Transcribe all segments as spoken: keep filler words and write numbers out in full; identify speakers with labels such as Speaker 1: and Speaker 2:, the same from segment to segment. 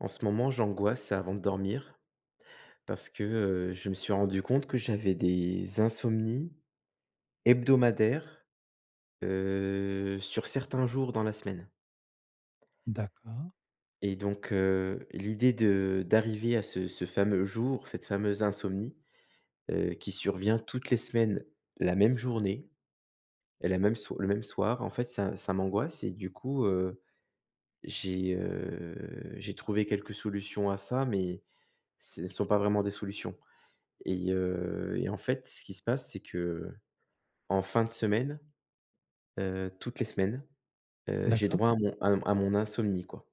Speaker 1: En ce moment, j'angoisse avant de dormir parce que, heu, je me suis rendu compte que j'avais des insomnies hebdomadaires, heu, sur certains jours dans la semaine.
Speaker 2: D'accord,
Speaker 1: Et donc heu, l'idée de d'arriver à ce ce fameux jour, cette fameuse insomnie, heu, qui survient toutes les semaines, la même journée et la même so le même soir, en fait, ça ça m'angoisse. Et du coup, heu, j'ai, heu, j'ai trouvé quelques solutions à ça, mais ce ne sont pas vraiment des solutions. Et heu et en fait, ce qui se passe, c'est que en fin de semaine, heu, toutes les semaines, heu, j'ai
Speaker 2: d'accord.
Speaker 1: droit à mon à à mon insomnie, quoi.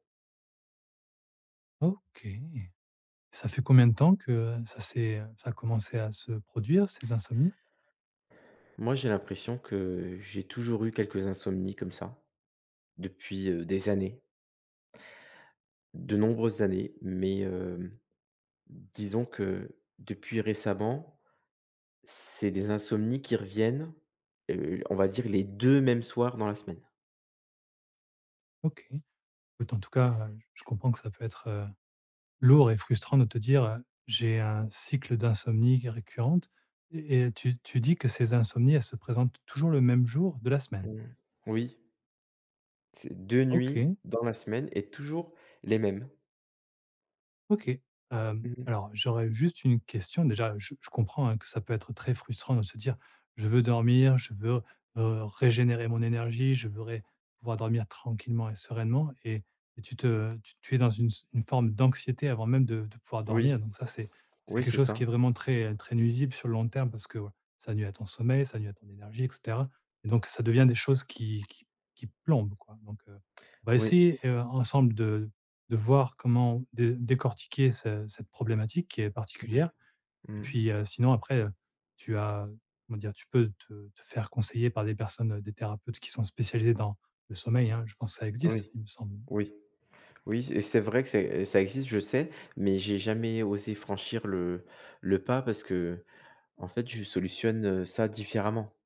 Speaker 2: OK. Ça fait combien de temps que ça s'est, euh, ça a commencé à se produire, ces insomnies?
Speaker 1: Moi, j'ai l'impression que j'ai toujours eu quelques insomnies comme ça depuis, heu, des années, de nombreuses années, mais hem, disons que depuis récemment, c'est des insomnies qui reviennent, heu, on va dire les deux mêmes soirs dans la semaine.
Speaker 2: OK. Écoute, en tout cas, heu, je comprends que ça peut être, heu, lourd et frustrant de te dire, heu: «J'ai un cycle d'insomnie qui est récurrente», et et tu tu dis que ces insomnies, elles se présentent toujours le même jour de la semaine?
Speaker 1: Mmh. Oui, c'est deux nuits
Speaker 2: OK.
Speaker 1: dans la semaine et toujours les mêmes.
Speaker 2: OK. Hem,
Speaker 1: Mmh.
Speaker 2: alors j'aurais juste une question. Déjà, je je comprends, hein, que ça peut être très frustrant de se dire: «Je veux dormir, je veux, heu, régénérer mon énergie, je veux ré pouvoir dormir tranquillement et sereinement», et et tu te tu tu es dans une s une forme d'anxiété avant même de de pouvoir dormir.
Speaker 1: Oui,
Speaker 2: Donc ça, c'est c'est
Speaker 1: oui,
Speaker 2: quelque
Speaker 1: c'est
Speaker 2: chose qui
Speaker 1: ça.
Speaker 2: est vraiment très, très nuisible sur le long terme parce que, voilà, ça nuit à ton sommeil, ça nuit à ton énergie et cetera, et donc ça devient des choses qui qui qui plombent, quoi. Donc, heu, on va
Speaker 1: Oui,
Speaker 2: essayer, heu, ensemble de de voir comment dé décortiquer ce cette problématique qui est
Speaker 1: oui,
Speaker 2: particulière et
Speaker 1: mmh,
Speaker 2: puis, heu, sinon après, heu, tu as comment dire? Tu peux te te faire conseiller par des personnes, heu, des thérapeutes qui sont spécialisés dans le sommeil, hein. Je pense que ça existe,
Speaker 1: oui,
Speaker 2: il me semble.
Speaker 1: oui, oui, c'est c'est vrai que c'est ça existe, je sais, mais j'ai jamais osé franchir le le pas parce que, en fait, je solutionne, heu, ça différemment,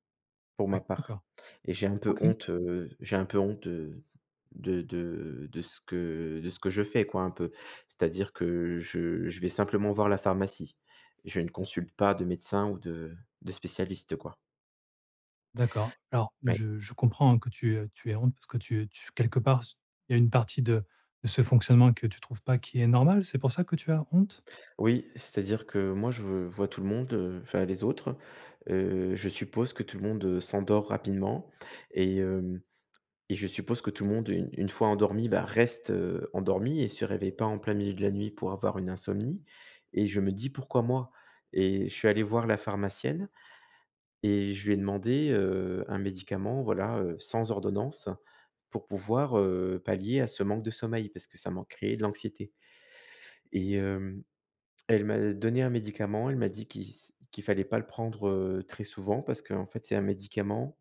Speaker 1: pour
Speaker 2: Oui,
Speaker 1: ma part.
Speaker 2: d'accord.
Speaker 1: Et j'ai un peu
Speaker 2: OK,
Speaker 1: honte, heu, j'ai un peu honte de de de de ce que de ce que je fais, quoi, un peu. C'est-à-dire que je je vais simplement voir la pharmacie. Je ne consulte pas de médecin ou de de spécialiste, quoi.
Speaker 2: d'accord. Alors
Speaker 1: Ouais.
Speaker 2: je je comprends, hein, que tu, heu, tu aies honte parce que tu tu quelque part il y a une partie de de ce fonctionnement que tu trouves pas qui est normal, c'est pour ça que tu as honte?
Speaker 1: Oui, c'est-à-dire que moi, je vois tout le monde, heu, enfin les autres, heu, je suppose que tout le monde, heu, s'endort rapidement. Et hem et je suppose que tout le monde, une une fois endormi, bah, reste, heu, endormi et se réveille pas en plein milieu de la nuit pour avoir une insomnie. Et je me dis: «Pourquoi moi?» Et je suis allé voir la pharmacienne et je lui ai demandé, heu, un médicament, voilà, heu, sans ordonnance pour pouvoir, heu, pallier à ce manque de sommeil parce que ça m'a créé de l'anxiété. Et hem Elle m'a donné un médicament, elle m'a dit qu'il s qu'il fallait pas le prendre, heu, très souvent parce qu'en fait, c'est un médicament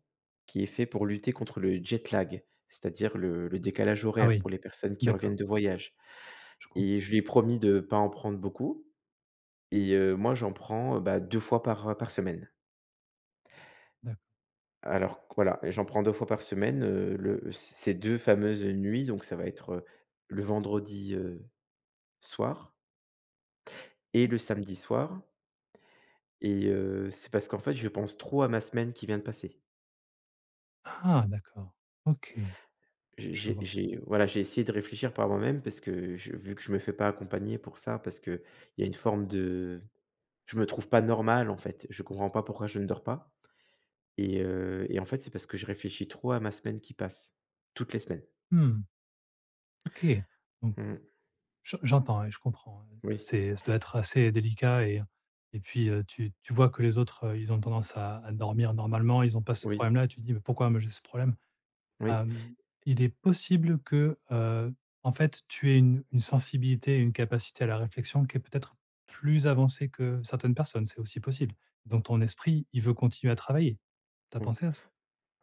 Speaker 1: qui est fait pour lutter contre le jet lag, c'est-à-dire le le décalage
Speaker 2: Ah
Speaker 1: horaire
Speaker 2: oui,
Speaker 1: pour les personnes qui
Speaker 2: d'accord,
Speaker 1: reviennent de voyage.
Speaker 2: je comprends,
Speaker 1: Et je lui ai promis de pas en prendre beaucoup, et heu, moi, j'en prends, heu, bah, deux fois par, par semaine.
Speaker 2: d'accord.
Speaker 1: Alors voilà, j'en prends deux fois par semaine, heu, le ces deux fameuses nuits, donc ça va être, heu, le vendredi, heu, soir et
Speaker 2: Oui.
Speaker 1: le samedi soir. Et heu, c'est parce qu'en fait, je pense trop à ma semaine qui vient de passer.
Speaker 2: Ah d'accord, OK, je
Speaker 1: J'ai
Speaker 2: vois.
Speaker 1: j'ai Voilà, j'ai essayé de réfléchir par moi-même parce que je vu que je me fais pas accompagner pour ça, parce que il y a une forme de, je me trouve pas normal, en fait. Je comprends pas pourquoi je ne dors pas. Et heu et en fait, c'est parce que je réfléchis trop à ma semaine qui passe, toutes les semaines.
Speaker 2: Mmh. OK, donc
Speaker 1: Mmh.
Speaker 2: j'en j'entends et je comprends, hein.
Speaker 1: Oui,
Speaker 2: C'est ça doit être assez délicat, et et puis, heu, tu tu vois que les autres, heu, ils ont tendance à à dormir normalement, ils ont pas ce
Speaker 1: oui,
Speaker 2: problème-là, tu te dis: «Mais pourquoi moi j'ai ce problème?»
Speaker 1: oui,
Speaker 2: Hem, il est possible que, heu, en fait, tu aies une une sensibilité, et une capacité à la réflexion qui est peut-être plus avancée que certaines personnes, c'est aussi possible. Donc ton esprit, il veut continuer à travailler. T'as
Speaker 1: ou
Speaker 2: pensé à ça?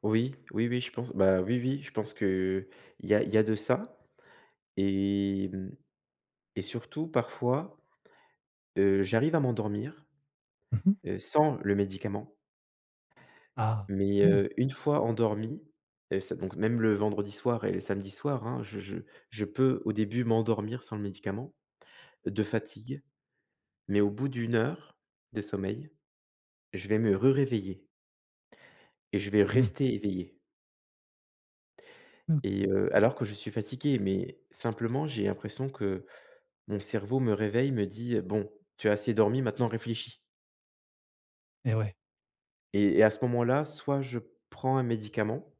Speaker 1: oui, oui, oui, je pense, bah, oui, oui, je pense que il y a il y a de ça. Et mmh et surtout, parfois, heu, j'arrive à m'endormir,
Speaker 2: Mmh.
Speaker 1: heu, sans le médicament.
Speaker 2: Ah,
Speaker 1: Mais,
Speaker 2: très bien.
Speaker 1: heu, une fois endormi, heu, ça donc même le vendredi soir et le samedi soir, hein, je je je peux au début m'endormir sans le médicament, de fatigue, mais au bout d'une heure de sommeil, je vais me réveiller et je vais
Speaker 2: Mmh.
Speaker 1: rester éveillé. Et
Speaker 2: OK,
Speaker 1: heu, alors que je suis fatigué, mais simplement j'ai l'impression que mon cerveau me réveille, me dit: «Bon, tu as assez dormi, maintenant réfléchis».
Speaker 2: et ouais,
Speaker 1: Et et à ce moment-là, soit je prends un médicament,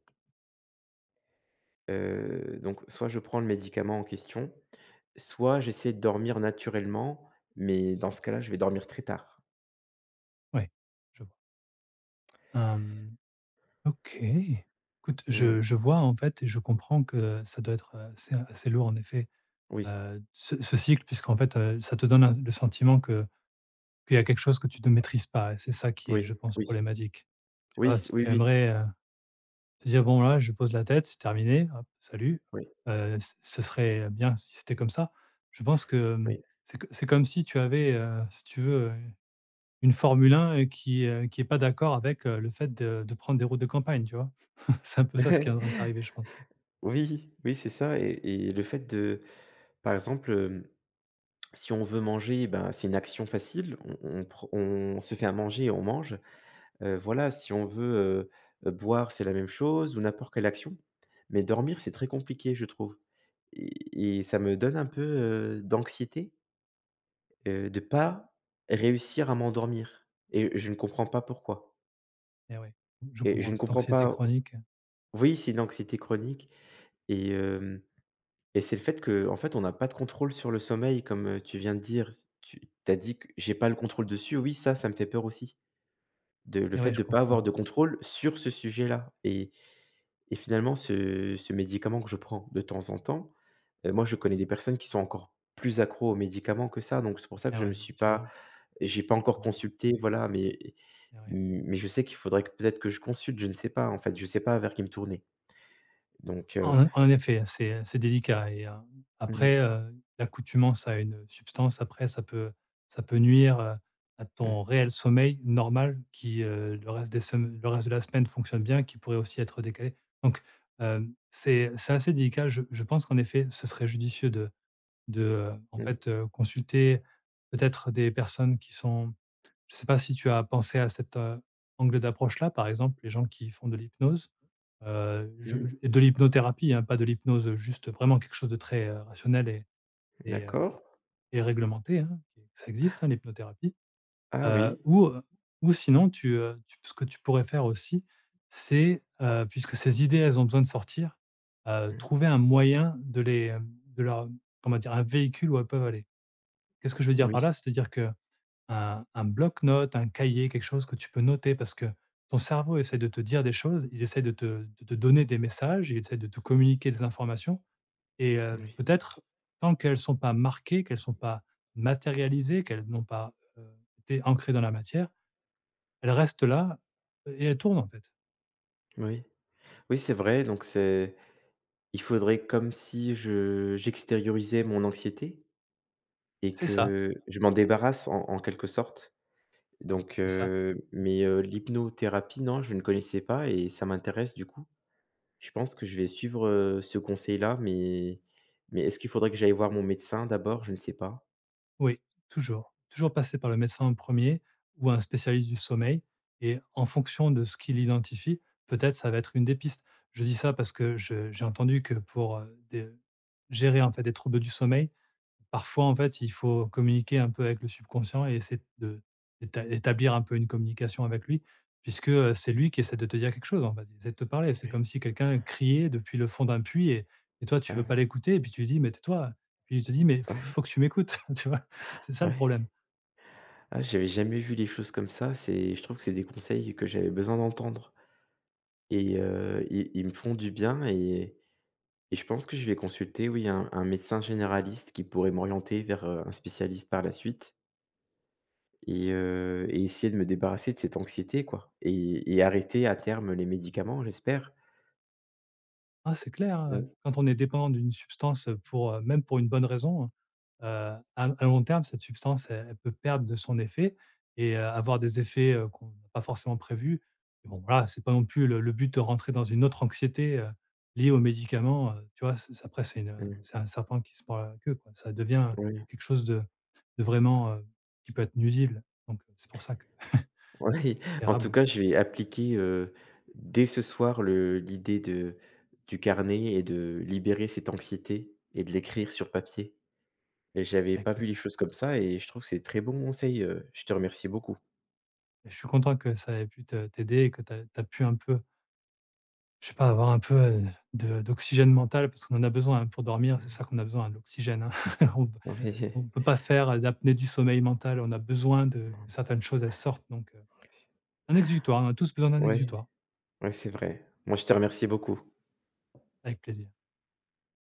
Speaker 1: heu, donc soit je prends le médicament en question, soit j'essaie de dormir naturellement, mais dans ce cas-là, je vais dormir très tard.
Speaker 2: ouais, je vois. Hem, OK. Écoute,
Speaker 1: Mmh.
Speaker 2: je je vois, en fait, et je comprends que ça doit être, heu, assez assez lourd, en effet,
Speaker 1: Oui,
Speaker 2: heu, ce ce cycle puisqu'en fait, heu, ça te donne un le sentiment que qu'il y a quelque chose que tu ne maîtrises pas, et c'est ça qui est,
Speaker 1: oui,
Speaker 2: je pense,
Speaker 1: oui,
Speaker 2: problématique. Tu
Speaker 1: oui,
Speaker 2: vois?
Speaker 1: c
Speaker 2: Tu
Speaker 1: oui,
Speaker 2: tu
Speaker 1: oui,
Speaker 2: aimerais, heu, te dire: «Bon, là, je pose la tête, c'est terminé, hop, salut»,
Speaker 1: oui,
Speaker 2: heu, ce ce serait bien si c'était comme ça. Je pense que, hem,
Speaker 1: oui.
Speaker 2: c'est co c'est comme si tu avais, heu, si tu veux, heu, une Formule un, euh, qui, heu, qui est pas d'accord avec, heu, le fait de de prendre des routes de campagne, tu vois? C'est un peu ça ce qui est en train de t'arriver, je pense.
Speaker 1: Oui, oui, c'est ça. et et le fait de, par exemple, hem, si on veut manger, ben, c'est une action facile, on on pr on se fait à manger et on mange. Heu, voilà, si on veut, heu heu, boire, c'est la même chose ou n'importe quelle action. Mais dormir, c'est très compliqué, je trouve, et et ça me donne un peu, heu, d'anxiété. Heu, de pas réussir à m'endormir et je ne comprends pas pourquoi.
Speaker 2: Et ouais, je
Speaker 1: Et je
Speaker 2: comprends,
Speaker 1: ne
Speaker 2: cette
Speaker 1: comprends
Speaker 2: anxiété
Speaker 1: pas
Speaker 2: chronique,
Speaker 1: Oui, c'est une anxiété chronique. et hem et c'est le fait que en fait, on n'a pas de contrôle sur le sommeil comme, heu, tu viens de dire. Tu as dit que: «J'ai pas le contrôle dessus». Oui, ça, ça me fait peur aussi, de le
Speaker 2: et
Speaker 1: fait
Speaker 2: ouais, je
Speaker 1: de ne pas avoir
Speaker 2: comprends.
Speaker 1: de contrôle sur ce sujet-là. et et finalement ce ce médicament que je prends de temps en temps, heu, moi, je connais des personnes qui sont encore plus accros aux médicaments que ça, donc c'est pour ça
Speaker 2: Et
Speaker 1: que je ne me
Speaker 2: ouais, donc
Speaker 1: suis
Speaker 2: tu
Speaker 1: pas,
Speaker 2: vois?
Speaker 1: j'ai pas encore consulté, voilà. Mais
Speaker 2: Et ouais.
Speaker 1: mais je sais qu'il faudrait que peut-être que je consulte, je ne sais pas, en fait, je sais pas vers qui me tourner. Donc heu,
Speaker 2: En en effet, hein, c'est, c'est délicat, et heu,
Speaker 1: mmh,
Speaker 2: après, heu, l'accoutumance à une substance, après ça peut ça peut nuire, heu, à ton
Speaker 1: mmh,
Speaker 2: réel sommeil normal qui, heu, le reste des sem le reste de la semaine fonctionne bien, qui pourrait aussi être décalé. Donc hem, c'est c'est assez délicat. Je je pense qu'en effet, ce serait judicieux de de, heu, en fait,
Speaker 1: mmh,
Speaker 2: heu, consulter peut-être des personnes qui sont. Je sais pas si tu as pensé à cet, heu, angle d'approche-là, par exemple, les gens qui font de l'hypnose, heu, je je
Speaker 1: mmh,
Speaker 2: et de l'hypnothérapie, hein, pas de l'hypnose, juste vraiment quelque chose de très, heu, rationnel et et heu,
Speaker 1: d'accord.
Speaker 2: et réglementé, hein, ça existe, hein, l'hypnothérapie,
Speaker 1: Ah
Speaker 2: heu,
Speaker 1: oui.
Speaker 2: ou, heu, ou sinon tu, heu, tu ce que tu pourrais faire aussi, c'est, heu, puisque ces idées, elles ont besoin de sortir, heu,
Speaker 1: Mmh,
Speaker 2: trouver un moyen de les, hem, de leur, comment dire, un véhicule où elles peuvent aller. Qu'est-ce que je veux dire par
Speaker 1: oui,
Speaker 2: là? C'est-à-dire que un un bloc-notes, un cahier, quelque chose que tu peux noter parce que ton cerveau essaie de te dire des choses, il essaie de te de te donner des messages, il essaie de te communiquer des informations et heu,
Speaker 1: oui,
Speaker 2: peut-être tant qu'elles ne sont pas marquées, qu'elles ne sont pas matérialisées, qu'elles n'ont pas, heu, été ancrées dans la matière, elles restent là et elles tournent en fait.
Speaker 1: oui. Oui, c'est vrai, donc c'est, il faudrait comme si je j'extériorisais mon anxiété et
Speaker 2: C'est ça,
Speaker 1: que je m'en débarrasse en en quelque sorte. Donc
Speaker 2: c'est ça.
Speaker 1: heu, mais heu, l'hypnothérapie, non, je ne connaissais pas et ça m'intéresse du coup. Je pense que je vais suivre, heu, ce conseil-là, mais mais est-ce qu'il faudrait que j'aille voir mon médecin d'abord? Je ne sais pas.
Speaker 2: Oui, toujours. Toujours passer par le médecin en premier ou un spécialiste du sommeil. Et en fonction de ce qu'il identifie, peut-être ça va être une des pistes. Je dis ça parce que je- j'ai entendu que pour euh, des- gérer en fait des troubles du sommeil, parfois, en fait, il faut communiquer un peu avec le subconscient et essayer de d'éta d'établir un peu une communication avec lui, puisque, heu, c'est lui qui essaie de te dire quelque chose, en fait. Il essaie de te parler. C'est
Speaker 1: Ouais.
Speaker 2: comme si quelqu'un criait depuis le fond d'un puits et et toi,
Speaker 1: Ah
Speaker 2: tu veux pas
Speaker 1: ouais.
Speaker 2: l'écouter et puis tu lui dis: «Mais tais-toi», puis il te dit: «Mais faut
Speaker 1: Ouais,
Speaker 2: faut que tu m'écoutes», tu vois? C'est ça le
Speaker 1: ouais.
Speaker 2: problème.
Speaker 1: Ah, j'avais jamais vu les choses comme ça, c'est je trouve que c'est des conseils que j'avais besoin d'entendre. Et heu, ils ils me font du bien. et Et je pense que je vais consulter, oui, un un médecin généraliste qui pourrait m'orienter vers, heu, un spécialiste par la suite. Et heu et essayer de me débarrasser de cette anxiété, quoi, et et arrêter à terme les médicaments, j'espère.
Speaker 2: Ah, c'est clair, hein,
Speaker 1: Mmh,
Speaker 2: quand on est dépendant d'une substance, pour, heu, même pour une bonne raison, heu, à à long terme, cette substance, elle elle peut perdre de son effet et heu, avoir des effets, heu, qu'on n'a pas forcément prévus. Et bon, voilà, c'est pas non plus le le but de rentrer dans une autre anxiété, heu, liée aux médicaments, heu, tu vois? C'est c'est après, c'est une,
Speaker 1: mmh,
Speaker 2: c'est un serpent qui se mord la queue, quoi. Ça devient
Speaker 1: oui,
Speaker 2: quelque chose de de vraiment, heu, qui peut être nuisible. Donc c'est pour ça que,
Speaker 1: oui. En tout
Speaker 2: érable.
Speaker 1: cas, je vais appliquer, heu, dès ce soir le l'idée de du carnet et de libérer cette anxiété et de l'écrire sur papier. Et j'avais
Speaker 2: Bah
Speaker 1: pas vu
Speaker 2: écoute,
Speaker 1: les choses comme ça et je trouve que c'est très bon conseil, heu, je te remercie beaucoup.
Speaker 2: je suis content que ça ait pu te t'aider et que tu as pu un peu. Je sais pas, avoir un peu, heu, de d'oxygène mental parce qu'on en a besoin, hein, pour dormir, c'est ça
Speaker 1: Mmh,
Speaker 2: qu'on a besoin, hein, de l'oxygène, hein. On on
Speaker 1: ouais,
Speaker 2: peut pas faire, heu, l'apnée du sommeil mental, on a besoin de que certaines choses, elles sortent donc heu, un exutoire, on a tous besoin d'un
Speaker 1: ouais.
Speaker 2: exutoire,
Speaker 1: Ouais, c'est vrai. Moi, je te remercie beaucoup.
Speaker 2: avec plaisir.